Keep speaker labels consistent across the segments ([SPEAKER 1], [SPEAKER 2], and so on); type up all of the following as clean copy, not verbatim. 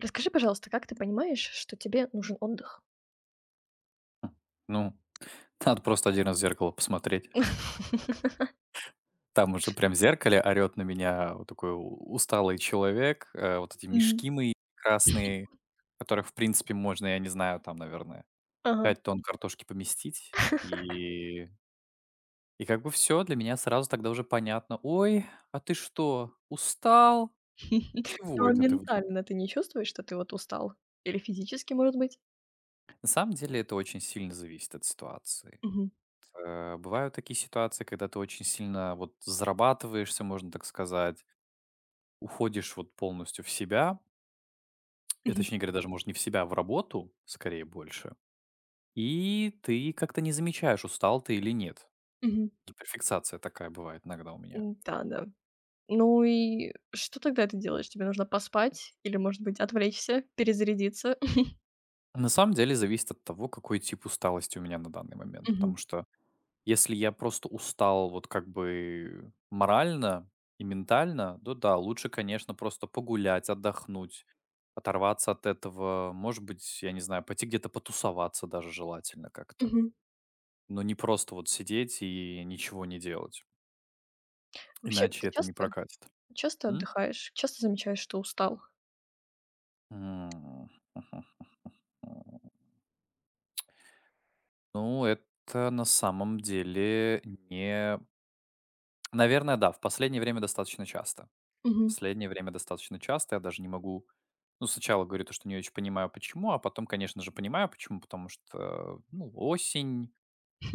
[SPEAKER 1] Расскажи, пожалуйста, как ты понимаешь, что тебе нужен отдых?
[SPEAKER 2] ну, Надо просто один раз в зеркало посмотреть. Там уже прям в зеркале орет на меня вот такой у усталый человек, вот эти
[SPEAKER 1] Мгм.
[SPEAKER 2] мешки мои красные, которых, в принципе, можно, я не знаю, там, наверное,
[SPEAKER 1] Ага.
[SPEAKER 2] 5 тонн картошки поместить. И как бы все для меня сразу тогда уже понятно: "Ой, а ты что, устал? Чего
[SPEAKER 1] Ну, а
[SPEAKER 2] это ты вдруг?"
[SPEAKER 1] ментально ты не чувствуешь, что ты вот устал? Или физически, может быть?
[SPEAKER 2] На самом деле это очень сильно зависит от ситуации.
[SPEAKER 1] Мгм.
[SPEAKER 2] Бывают такие ситуации, когда ты очень сильно вот зарабатываешься, можно так сказать. Уходишь вот полностью в себя,
[SPEAKER 1] Мгм.
[SPEAKER 2] точнее говоря, даже, может, не в себя, а в работу, скорее, больше. И ты как-то не замечаешь, устал ты или нет.
[SPEAKER 1] Мгм.
[SPEAKER 2] Гиперфиксация такая бывает иногда у меня.
[SPEAKER 1] М, да, да. Ну и что тогда ты делаешь? Тебе нужно поспать или, может быть, отвлечься, перезарядиться?
[SPEAKER 2] На самом деле зависит от того, какой тип усталости у меня на данный момент. Потому
[SPEAKER 1] Мгм.
[SPEAKER 2] что если я просто устал вот как бы морально и ментально, то да, лучше, конечно, просто погулять, отдохнуть, оторваться от этого. Может быть, я не знаю, пойти где-то потусоваться даже желательно как-то.
[SPEAKER 1] Мгм.
[SPEAKER 2] Но не просто вот сидеть и ничего не делать,
[SPEAKER 1] Вообще,
[SPEAKER 2] иначе
[SPEAKER 1] ты
[SPEAKER 2] это не
[SPEAKER 1] часто
[SPEAKER 2] прокатит. М?
[SPEAKER 1] отдыхаешь? Часто замечаешь, что устал?
[SPEAKER 2] М, мгм. М. Ну, это на самом деле не. Наверное, да, в последнее время достаточно часто. В
[SPEAKER 1] Мгм.
[SPEAKER 2] последнее время достаточно часто. Я даже не могу. Ну, сначала говорю то, что не очень понимаю, почему, а потом, конечно же, понимаю, почему. Потому что, ну, осень,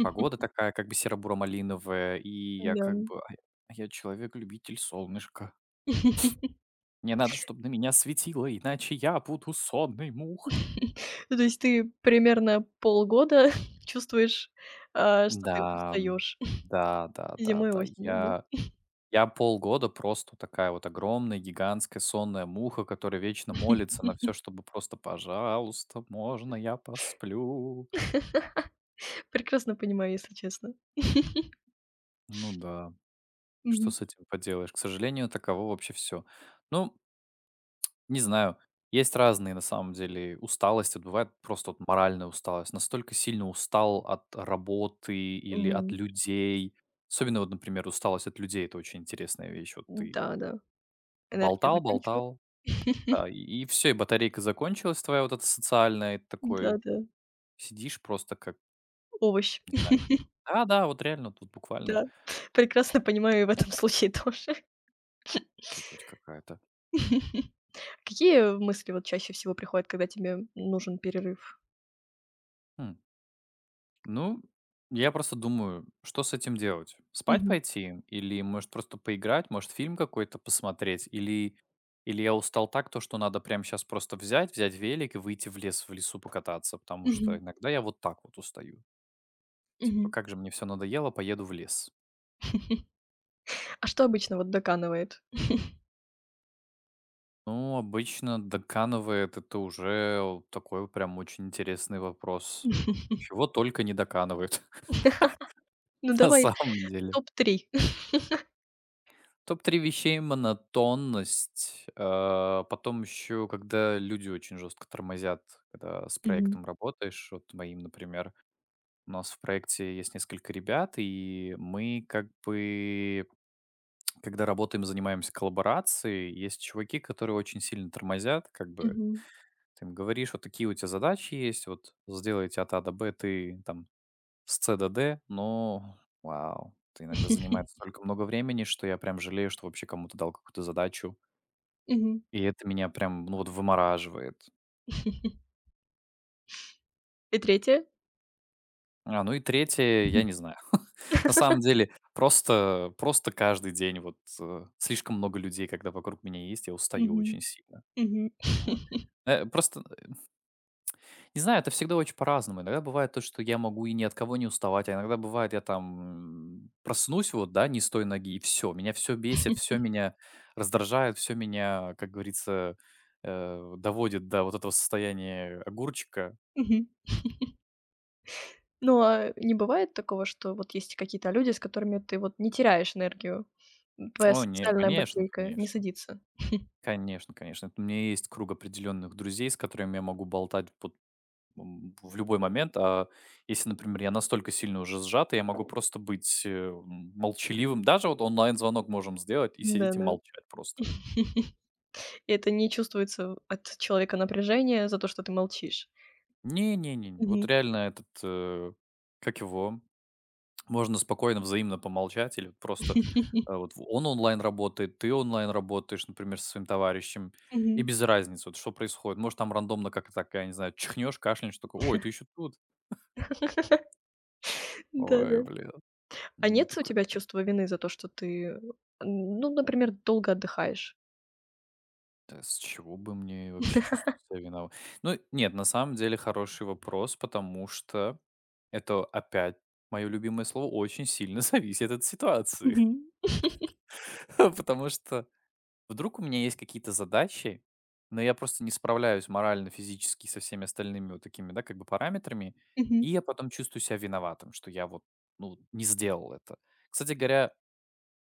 [SPEAKER 2] погода такая как бы серо-буро-малиновая, и я
[SPEAKER 1] Да.
[SPEAKER 2] как бы, а я человек-любитель солнышка. Мне надо, чтобы на меня светило, иначе я буду сонной мухой.
[SPEAKER 1] Ну, то есть ты примерно полгода чувствуешь, что ты
[SPEAKER 2] Да, м,
[SPEAKER 1] устаешь
[SPEAKER 2] да, да, да,
[SPEAKER 1] зимой и
[SPEAKER 2] да.
[SPEAKER 1] осенью,
[SPEAKER 2] Я полгода просто такая вот огромная, гигантская сонная муха, которая вечно молится на
[SPEAKER 1] да?
[SPEAKER 2] все, чтобы просто: "Пожалуйста, можно я посплю?"
[SPEAKER 1] Прекрасно понимаю, если честно.
[SPEAKER 2] Ну да, что
[SPEAKER 1] Мгм.
[SPEAKER 2] с этим поделаешь? К сожалению, таково вообще все. Ну, не знаю. Есть разные, на самом деле, усталости. Вот бывает просто вот моральная усталость. Настолько сильно устал от работы или от
[SPEAKER 1] Мгм.
[SPEAKER 2] людей. Особенно вот, например, усталость от людей- это очень интересная вещь. Вот ты
[SPEAKER 1] Да, да, энергия
[SPEAKER 2] болтал,
[SPEAKER 1] заканчивается.
[SPEAKER 2] болтал, да, и все, и батарейка закончилась твоя вот эта социальная. И ты
[SPEAKER 1] Да,
[SPEAKER 2] такой
[SPEAKER 1] да,
[SPEAKER 2] сидишь просто как,
[SPEAKER 1] овощ.
[SPEAKER 2] не знаю. Да-да, вот реально, вот буквально.
[SPEAKER 1] Да, прекрасно понимаю и в этом случае тоже.
[SPEAKER 2] Это жуть какая-то.
[SPEAKER 1] Какие мысли вот чаще всего приходят, когда тебе нужен перерыв?
[SPEAKER 2] Хм. Ну, я просто думаю, что с этим делать? Спать
[SPEAKER 1] Мгм.
[SPEAKER 2] пойти? Или, может, просто поиграть? Может, фильм какой-то посмотреть? Или я устал так, то, что надо прямо сейчас просто взять велик и выйти в лес, в лесу покататься? Потому что
[SPEAKER 1] Мгм.
[SPEAKER 2] иногда я вот так вот устаю. Типа,
[SPEAKER 1] Мгм.
[SPEAKER 2] как же мне все надоело, поеду в лес.
[SPEAKER 1] А что обычно вот доканывает?
[SPEAKER 2] Ну, обычно доканывает это уже вот такой вот прям очень интересный вопрос. Чего только не доканывают,
[SPEAKER 1] Ну,
[SPEAKER 2] на
[SPEAKER 1] давай
[SPEAKER 2] самом деле.
[SPEAKER 1] топ три.
[SPEAKER 2] Топ три вещей- монотонность. Потом еще, когда люди очень жестко тормозят, когда с
[SPEAKER 1] Мгм.
[SPEAKER 2] проектом работаешь. Вот моим, например, у нас в проекте есть несколько ребят, и мы как бы, когда работаем, занимаемся коллаборацией, есть чуваки, которые очень сильно тормозят, как бы.
[SPEAKER 1] Мгм.
[SPEAKER 2] Ты им говоришь, вот такие у тебя задачи есть, вот сделайте от А до Б, ты там с С до Д, но вау, это иногда занимает столько много времени, что я прям жалею, что вообще кому-то дал какую-то задачу.
[SPEAKER 1] Мгм.
[SPEAKER 2] И это меня прям, ну, вот вымораживает.
[SPEAKER 1] И 3?
[SPEAKER 2] Ну и третье, я
[SPEAKER 1] Мгм.
[SPEAKER 2] не знаю. На самом деле, просто каждый день вот, слишком много людей, когда вокруг меня есть, я устаю очень
[SPEAKER 1] Мгм.
[SPEAKER 2] сильно. Думаю. Просто, не знаю, это всегда очень по-разному. Иногда бывает то, что я могу и ни от кого не уставать, а иногда бывает, я там, проснусь вот, да, не с той ноги, и все. Меня все бесит, все
[SPEAKER 1] Мгм.
[SPEAKER 2] меня раздражает, все меня, как говорится, доводит до вот этого состояния огурчика.
[SPEAKER 1] Мгм. Ну, а не бывает такого, что вот есть какие-то люди, с которыми ты вот не теряешь энергию? М, твоя
[SPEAKER 2] О, не,
[SPEAKER 1] социальная
[SPEAKER 2] конечно,
[SPEAKER 1] батарейка не
[SPEAKER 2] конечно.
[SPEAKER 1] садится.
[SPEAKER 2] Конечно, конечно. У меня есть круг определенных друзей, с которыми я могу болтать вот, в любой момент. А если, например, я настолько сильно уже сжат, я могу просто быть молчаливым. Даже вот онлайн-звонок можем сделать и сидеть и
[SPEAKER 1] Да-да.
[SPEAKER 2] молчать просто.
[SPEAKER 1] И это не чувствуется от человека напряжение за то, что ты молчишь.
[SPEAKER 2] Не-не-не, вот
[SPEAKER 1] Мгм.
[SPEAKER 2] реально этот, как его, можно спокойно взаимно помолчать или вот просто вот он онлайн работает, ты онлайн работаешь, например, со своим товарищем, и
[SPEAKER 1] Мгм.
[SPEAKER 2] без разницы, вот что происходит. Может, там рандомно как-то так, я не знаю, чихнешь, кашляешь, такой, ой, ты еще тут. Ой,
[SPEAKER 1] Да-да.
[SPEAKER 2] блин.
[SPEAKER 1] А
[SPEAKER 2] М,
[SPEAKER 1] нет у
[SPEAKER 2] такой
[SPEAKER 1] тебя чувства вины за то, что ты, ну, например, долго отдыхаешь?
[SPEAKER 2] Да с чего бы мне вообще чувствовать себя виноват? Ну, нет, на самом деле хороший вопрос, потому что это опять мое любимое слово очень сильно зависит от ситуации.
[SPEAKER 1] Мгм.
[SPEAKER 2] Потому что вдруг у меня есть какие-то задачи, но я просто не справляюсь морально, физически со всеми остальными вот такими, да, как бы параметрами,
[SPEAKER 1] Мгм.
[SPEAKER 2] и я потом чувствую себя виноватым, что я вот, ну, не сделал это. Кстати говоря,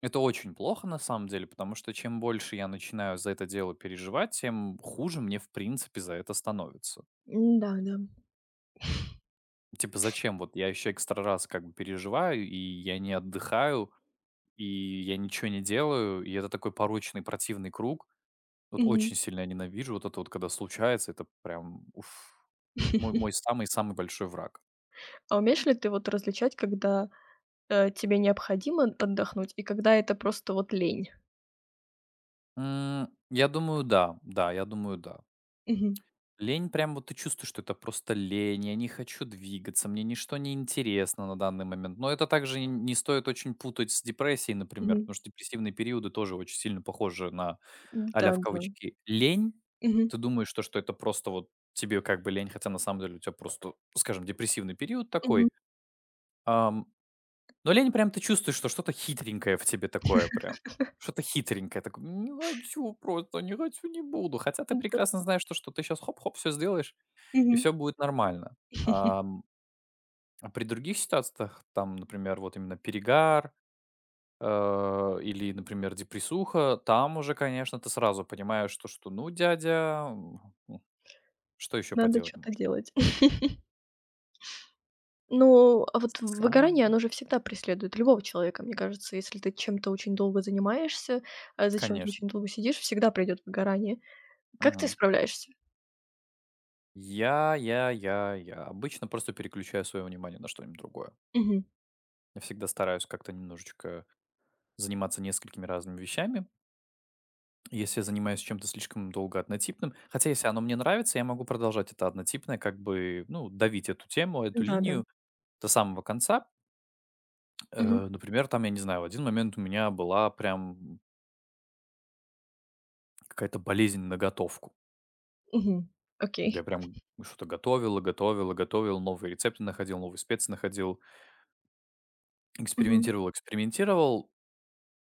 [SPEAKER 2] это очень плохо на самом деле, потому что чем больше я начинаю за это дело переживать, тем хуже мне в принципе за это становится.
[SPEAKER 1] Да, да.
[SPEAKER 2] Типа зачем вот я еще экстра раз как бы переживаю, и я не отдыхаю, и я ничего не делаю, и это такой порочный противный круг. Вот
[SPEAKER 1] Мгм.
[SPEAKER 2] очень сильно я ненавижу вот это вот, когда случается, это прям уф, мой самый-самый большой враг.
[SPEAKER 1] А умеешь ли ты вот различать, когда, тебе необходимо отдохнуть и когда это просто вот лень?
[SPEAKER 2] Я думаю, да, да, я думаю, да.
[SPEAKER 1] Мгм.
[SPEAKER 2] Лень прям вот ты чувствуешь, что это просто лень, я не хочу двигаться, мне ничто не интересно на данный момент. Но это также не стоит очень путать с депрессией, например,
[SPEAKER 1] Мгм.
[SPEAKER 2] потому что депрессивные периоды тоже очень сильно похожи на а-ля в
[SPEAKER 1] Да-да.
[SPEAKER 2] кавычки лень.
[SPEAKER 1] Мгм.
[SPEAKER 2] Ты думаешь, что это просто вот тебе как бы лень, хотя на самом деле у тебя просто, скажем, депрессивный период
[SPEAKER 1] Мгм.
[SPEAKER 2] такой. Ам, но лень прям ты чувствуешь, что что-то хитренькое в тебе такое прям. Что-то хитренькое, такое, не хочу просто, не хочу, не буду. Хотя ты
[SPEAKER 1] Да.
[SPEAKER 2] прекрасно знаешь, что ты сейчас хоп-хоп все сделаешь, и
[SPEAKER 1] Мгм.
[SPEAKER 2] все будет нормально. Ам, а при других ситуациях, там, например, вот именно перегар, или, например, депрессуха, там уже, конечно, ты сразу понимаешь что, ну, дядя, что еще
[SPEAKER 1] Надо
[SPEAKER 2] поделать
[SPEAKER 1] что то
[SPEAKER 2] может?
[SPEAKER 1] делать. Ну, а вот
[SPEAKER 2] Сам?
[SPEAKER 1] выгорание, оно же всегда преследует любого человека, мне кажется. Если ты чем-то очень долго занимаешься, а за чем-то
[SPEAKER 2] Конечно.
[SPEAKER 1] очень долго сидишь, всегда придет выгорание. Как ты
[SPEAKER 2] Мгм.
[SPEAKER 1] справляешься?
[SPEAKER 2] Я обычно просто переключаю свое внимание на что-нибудь другое.
[SPEAKER 1] Мгм.
[SPEAKER 2] Я всегда стараюсь как-то немножечко заниматься несколькими разными вещами. Если я занимаюсь чем-то слишком долго однотипным, хотя если оно мне нравится, я могу продолжать это однотипное, как бы, ну, давить эту тему, эту
[SPEAKER 1] Да-да.
[SPEAKER 2] линию до самого конца.
[SPEAKER 1] Мгм.
[SPEAKER 2] Например, там, я не знаю, в один момент у меня была прям какая-то болезнь на готовку.
[SPEAKER 1] Мгм.
[SPEAKER 2] Я
[SPEAKER 1] Окей.
[SPEAKER 2] прям что-то готовил и готовил и готовил, новые рецепты находил, новые специи находил,
[SPEAKER 1] Мгм.
[SPEAKER 2] экспериментировал, экспериментировал.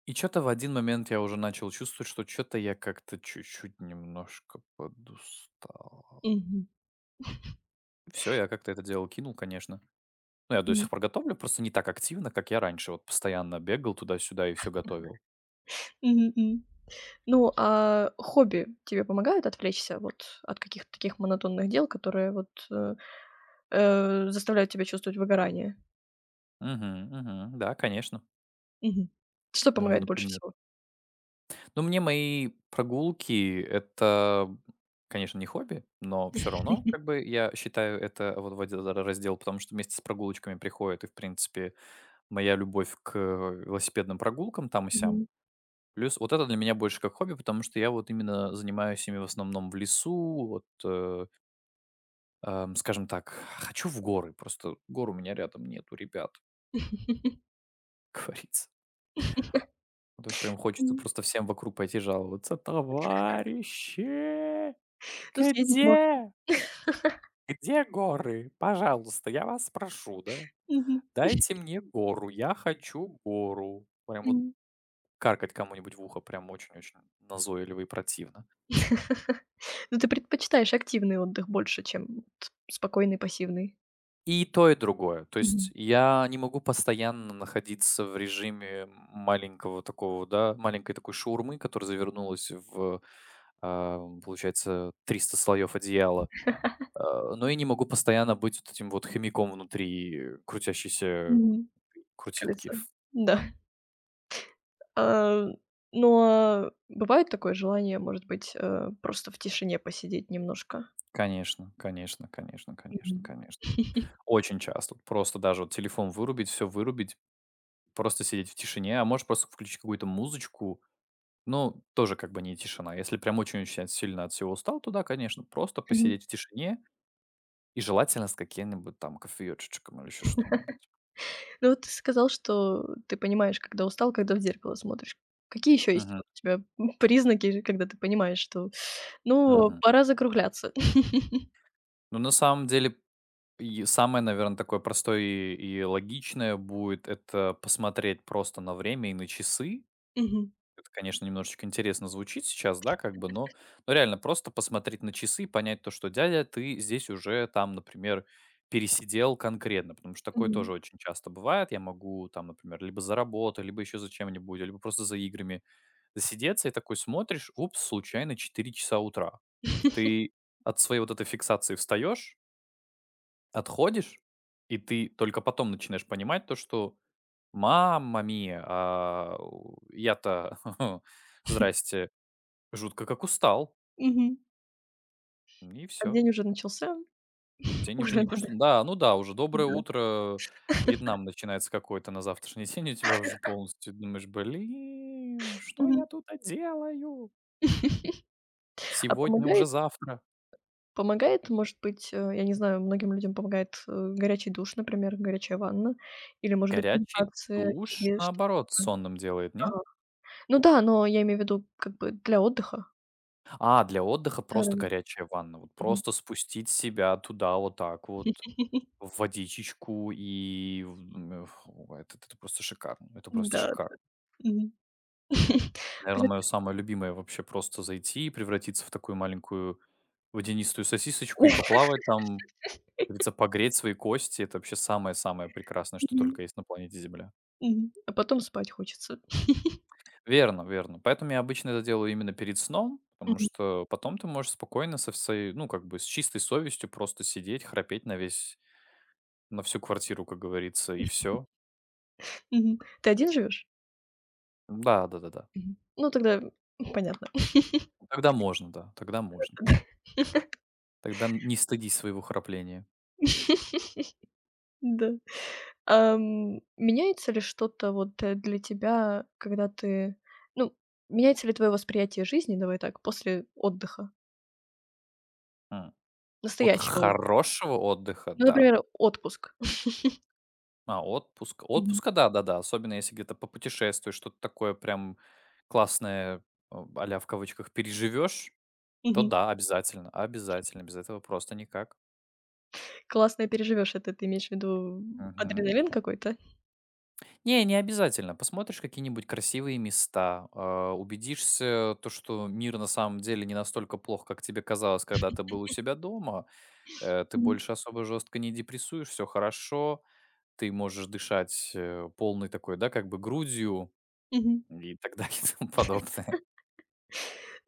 [SPEAKER 2] И что-то в один момент я уже начал чувствовать, что что-то я как-то чуть-чуть немножко подустал.
[SPEAKER 1] Мгм.
[SPEAKER 2] Все, я как-то это дело кинул, конечно. Ну, я до
[SPEAKER 1] Мгм.
[SPEAKER 2] сих пор готовлю, просто не так активно, как я раньше. Вот постоянно бегал туда-сюда и все готовил.
[SPEAKER 1] Мгм, м. Ну, а хобби тебе помогают отвлечься вот от каких-то таких монотонных дел, которые вот, заставляют тебя чувствовать выгорание?
[SPEAKER 2] Мгм, мгм. Да, конечно,
[SPEAKER 1] Мгм. Что помогает больше
[SPEAKER 2] например.
[SPEAKER 1] всего?
[SPEAKER 2] Но мне мои прогулки- это, конечно, не хобби, но все равно, как бы, я считаю это вот в один раздел, потому что вместе с прогулочками приходит и, в принципе, моя любовь к велосипедным прогулкам там и сям.
[SPEAKER 1] Мгм.
[SPEAKER 2] Плюс вот это для меня больше как хобби, потому что я вот именно занимаюсь ими в основном в лесу, вот. Скажем так, хочу в горы, просто гор у меня рядом нету, ребят, как говорится. Ну, то есть прям хочется
[SPEAKER 1] М.
[SPEAKER 2] просто всем вокруг пойти жаловаться. Товарищи,
[SPEAKER 1] Ну, съездить можно.
[SPEAKER 2] где? Где горы? Пожалуйста, я вас прошу, да?
[SPEAKER 1] Мгм.
[SPEAKER 2] Дайте мне гору, я хочу гору. Прям вот
[SPEAKER 1] М.
[SPEAKER 2] каркать кому-нибудь в ухо прям очень-очень назойливо и противно.
[SPEAKER 1] Ну, ты предпочитаешь активный отдых больше, чем вот спокойный, пассивный?
[SPEAKER 2] И то, и другое. То есть
[SPEAKER 1] Мгм.
[SPEAKER 2] я не могу постоянно находиться в режиме маленького такого, да, маленькой такой шаурмы, которая завернулась в, а, получается, 300 слоев одеяла. Но и не могу постоянно быть вот этим вот хомяком внутри крутящейся
[SPEAKER 1] Мгм.
[SPEAKER 2] крутилки.
[SPEAKER 1] Кажется, да. А, но бывает такое желание, может быть, просто в тишине посидеть немножко?
[SPEAKER 2] Конечно, конечно, конечно, конечно,
[SPEAKER 1] Мгм.
[SPEAKER 2] конечно. Очень часто. Вот просто даже вот телефон вырубить, все вырубить, просто сидеть в тишине, а можешь просто включить какую-то музычку, ну, тоже как бы не тишина. Если прям очень-очень сильно от всего устал, то да, конечно, просто
[SPEAKER 1] Мгм.
[SPEAKER 2] посидеть в тишине и желательно с каким-нибудь там кофеечечком или еще что-нибудь.
[SPEAKER 1] Ну, вот ты сказал, что ты понимаешь, когда устал, когда в зеркало смотришь. Какие еще есть
[SPEAKER 2] Мгм,
[SPEAKER 1] вот у тебя, признаки, когда ты понимаешь, что, ну,
[SPEAKER 2] мгм.
[SPEAKER 1] пора закругляться?
[SPEAKER 2] Ну, на самом деле, и самое, наверное, такое простое и логичное будет это посмотреть просто на время и на часы.
[SPEAKER 1] Мгм.
[SPEAKER 2] Это, конечно, немножечко интересно звучит сейчас, да, как бы, но, реально просто посмотреть на часы и понять то, что дядя, ты здесь уже там, например, пересидел конкретно, потому что такое
[SPEAKER 1] Мгм.
[SPEAKER 2] тоже очень часто бывает. Я могу там, например, либо за работу, либо еще за чем-нибудь, либо просто за играми засидеться и такой смотришь, упс, случайно 4 часа утра. Ты от своей вот этой фиксации встаешь, отходишь, и ты только потом начинаешь понимать то, что мама мия, а, я-то здрасте. Жутко как устал,
[SPEAKER 1] Мгм.
[SPEAKER 2] и
[SPEAKER 1] А
[SPEAKER 2] всё.
[SPEAKER 1] день уже начался,
[SPEAKER 2] Тень
[SPEAKER 1] уже
[SPEAKER 2] уже не то
[SPEAKER 1] надо,
[SPEAKER 2] что да, ну да, уже доброе
[SPEAKER 1] да.
[SPEAKER 2] утро, Вьетнам начинается какой-то на завтрашний день, у тебя уже полностью думаешь: "Блин, что я
[SPEAKER 1] Мгм.
[SPEAKER 2] тут делаю?
[SPEAKER 1] А
[SPEAKER 2] Сегодня уже завтра".
[SPEAKER 1] помогает, может быть, я не знаю, многим людям помогает, горячий душ, например, горячая ванна или, может быть,
[SPEAKER 2] Горячий
[SPEAKER 1] медитация,
[SPEAKER 2] душ,
[SPEAKER 1] или что-то
[SPEAKER 2] наоборот,
[SPEAKER 1] такое.
[SPEAKER 2] сонным делает, нет?
[SPEAKER 1] Ага. Ну да, но я имею в виду как бы для отдыха.
[SPEAKER 2] А, для отдыха просто
[SPEAKER 1] Да-да-да.
[SPEAKER 2] горячая ванна. Вот
[SPEAKER 1] Мгм.
[SPEAKER 2] просто спустить себя туда вот так вот в водичечку и в фу, это просто шикарно, это просто
[SPEAKER 1] Да,
[SPEAKER 2] шикарно.
[SPEAKER 1] мгм.
[SPEAKER 2] Наверное, мое
[SPEAKER 1] Кстати
[SPEAKER 2] самое любимое вообще просто зайти и превратиться в такую маленькую водянистую сосисочку и поплавать там, как говорится, погреть свои кости. Это вообще самое-самое прекрасное, что
[SPEAKER 1] мгм,
[SPEAKER 2] только есть на планете Земля.
[SPEAKER 1] мгм. А потом спать хочется.
[SPEAKER 2] Верно, верно. Поэтому я обычно это делаю именно перед сном, потому
[SPEAKER 1] Мгм,
[SPEAKER 2] что потом ты можешь спокойно со всей, ну, как бы с чистой совестью просто сидеть, храпеть на весь на всю квартиру, как говорится, и все.
[SPEAKER 1] мгм. Ты один живешь?
[SPEAKER 2] Да, да-да-да.
[SPEAKER 1] Мгм. Ну тогда понятно.
[SPEAKER 2] Тогда можно, да, тогда можно. Тогда н не стыдись своего храпления.
[SPEAKER 1] Да. Да. Меняется ли что-то вот, для тебя, когда ты ну, меняется ли твое восприятие жизни, давай так, после отдыха?
[SPEAKER 2] М. От
[SPEAKER 1] Настоящего отдыха.
[SPEAKER 2] хорошего отдыха,
[SPEAKER 1] Ну,
[SPEAKER 2] да.
[SPEAKER 1] например, отпуск.
[SPEAKER 2] А, отпуск.
[SPEAKER 1] Мгм.
[SPEAKER 2] Отпуска, да-да-да. Особенно если где-то попутешествуешь, что-то такое прям классное, а-ля в кавычках, переживешь, то
[SPEAKER 1] Мгм.
[SPEAKER 2] да, обязательно, обязательно. Без этого просто никак.
[SPEAKER 1] Классно переживешь это, ты имеешь в виду
[SPEAKER 2] Мгм.
[SPEAKER 1] адреналин какой-то?
[SPEAKER 2] Не, не обязательно. Посмотришь какие-нибудь красивые места, а, убедишься, то, что мир на самом деле не настолько плох, как тебе казалось, когда ты был у себя дома. Ты
[SPEAKER 1] Мгм.
[SPEAKER 2] больше особо жестко не депрессуешь, все хорошо, ты можешь дышать, полной такой, да, как бы грудью
[SPEAKER 1] Мгм.
[SPEAKER 2] и так далее и тому подобное.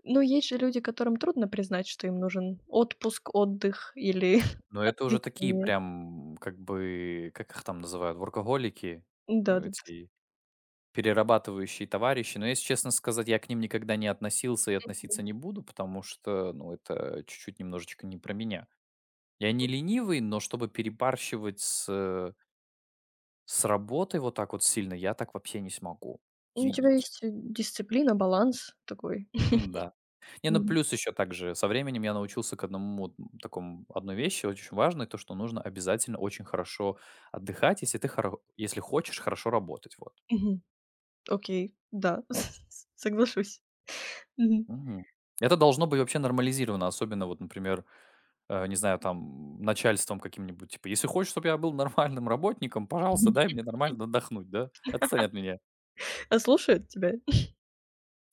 [SPEAKER 1] Ну, есть же люди, которым трудно признать, что им нужен отпуск, отдых или
[SPEAKER 2] Но это уже такие
[SPEAKER 1] отвлечение.
[SPEAKER 2] прям, как бы, как их там называют, воркоголики,
[SPEAKER 1] Да-да-да.
[SPEAKER 2] эти перерабатывающие товарищи. Но, если честно сказать, я к ним никогда не относился и относиться не буду, потому что, ну, это чуть-чуть немножечко не про меня. Я не ленивый, но чтобы перебарщивать с работой вот так вот сильно, я так вообще не смогу.
[SPEAKER 1] Ну, у тебя
[SPEAKER 2] Извините.
[SPEAKER 1] есть, дисциплина, баланс такой.
[SPEAKER 2] Да. Не, ну
[SPEAKER 1] Мгм.
[SPEAKER 2] плюс еще также со временем я научился к одному вот, такому одной вещи очень важной, то, что нужно обязательно очень хорошо отдыхать, если ты хоро если хочешь хорошо работать, вот.
[SPEAKER 1] Мгм. Окей, да, соглашусь. Мгм.
[SPEAKER 2] Мгм. Это должно быть вообще нормализировано, особенно вот, например, не знаю, там, начальством каким-нибудь, типа: "Если хочешь, чтобы я был нормальным работником, пожалуйста, дай мне нормально отдохнуть, да? Отстань от меня".
[SPEAKER 1] А слушают тебя?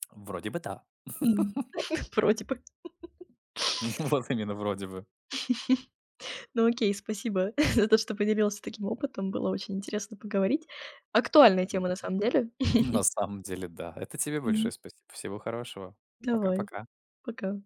[SPEAKER 2] Вроде бы да.
[SPEAKER 1] Мгм. Вроде бы.
[SPEAKER 2] Ну, вот именно вроде бы.
[SPEAKER 1] Ну окей, спасибо за то, что поделился таким опытом. Было очень интересно поговорить. Актуальная
[SPEAKER 2] М.
[SPEAKER 1] тема на самом деле.
[SPEAKER 2] На самом деле, да. Это тебе
[SPEAKER 1] Мгм.
[SPEAKER 2] большое спасибо. Всего хорошего.
[SPEAKER 1] Давай,
[SPEAKER 2] Пока-пока.
[SPEAKER 1] пока.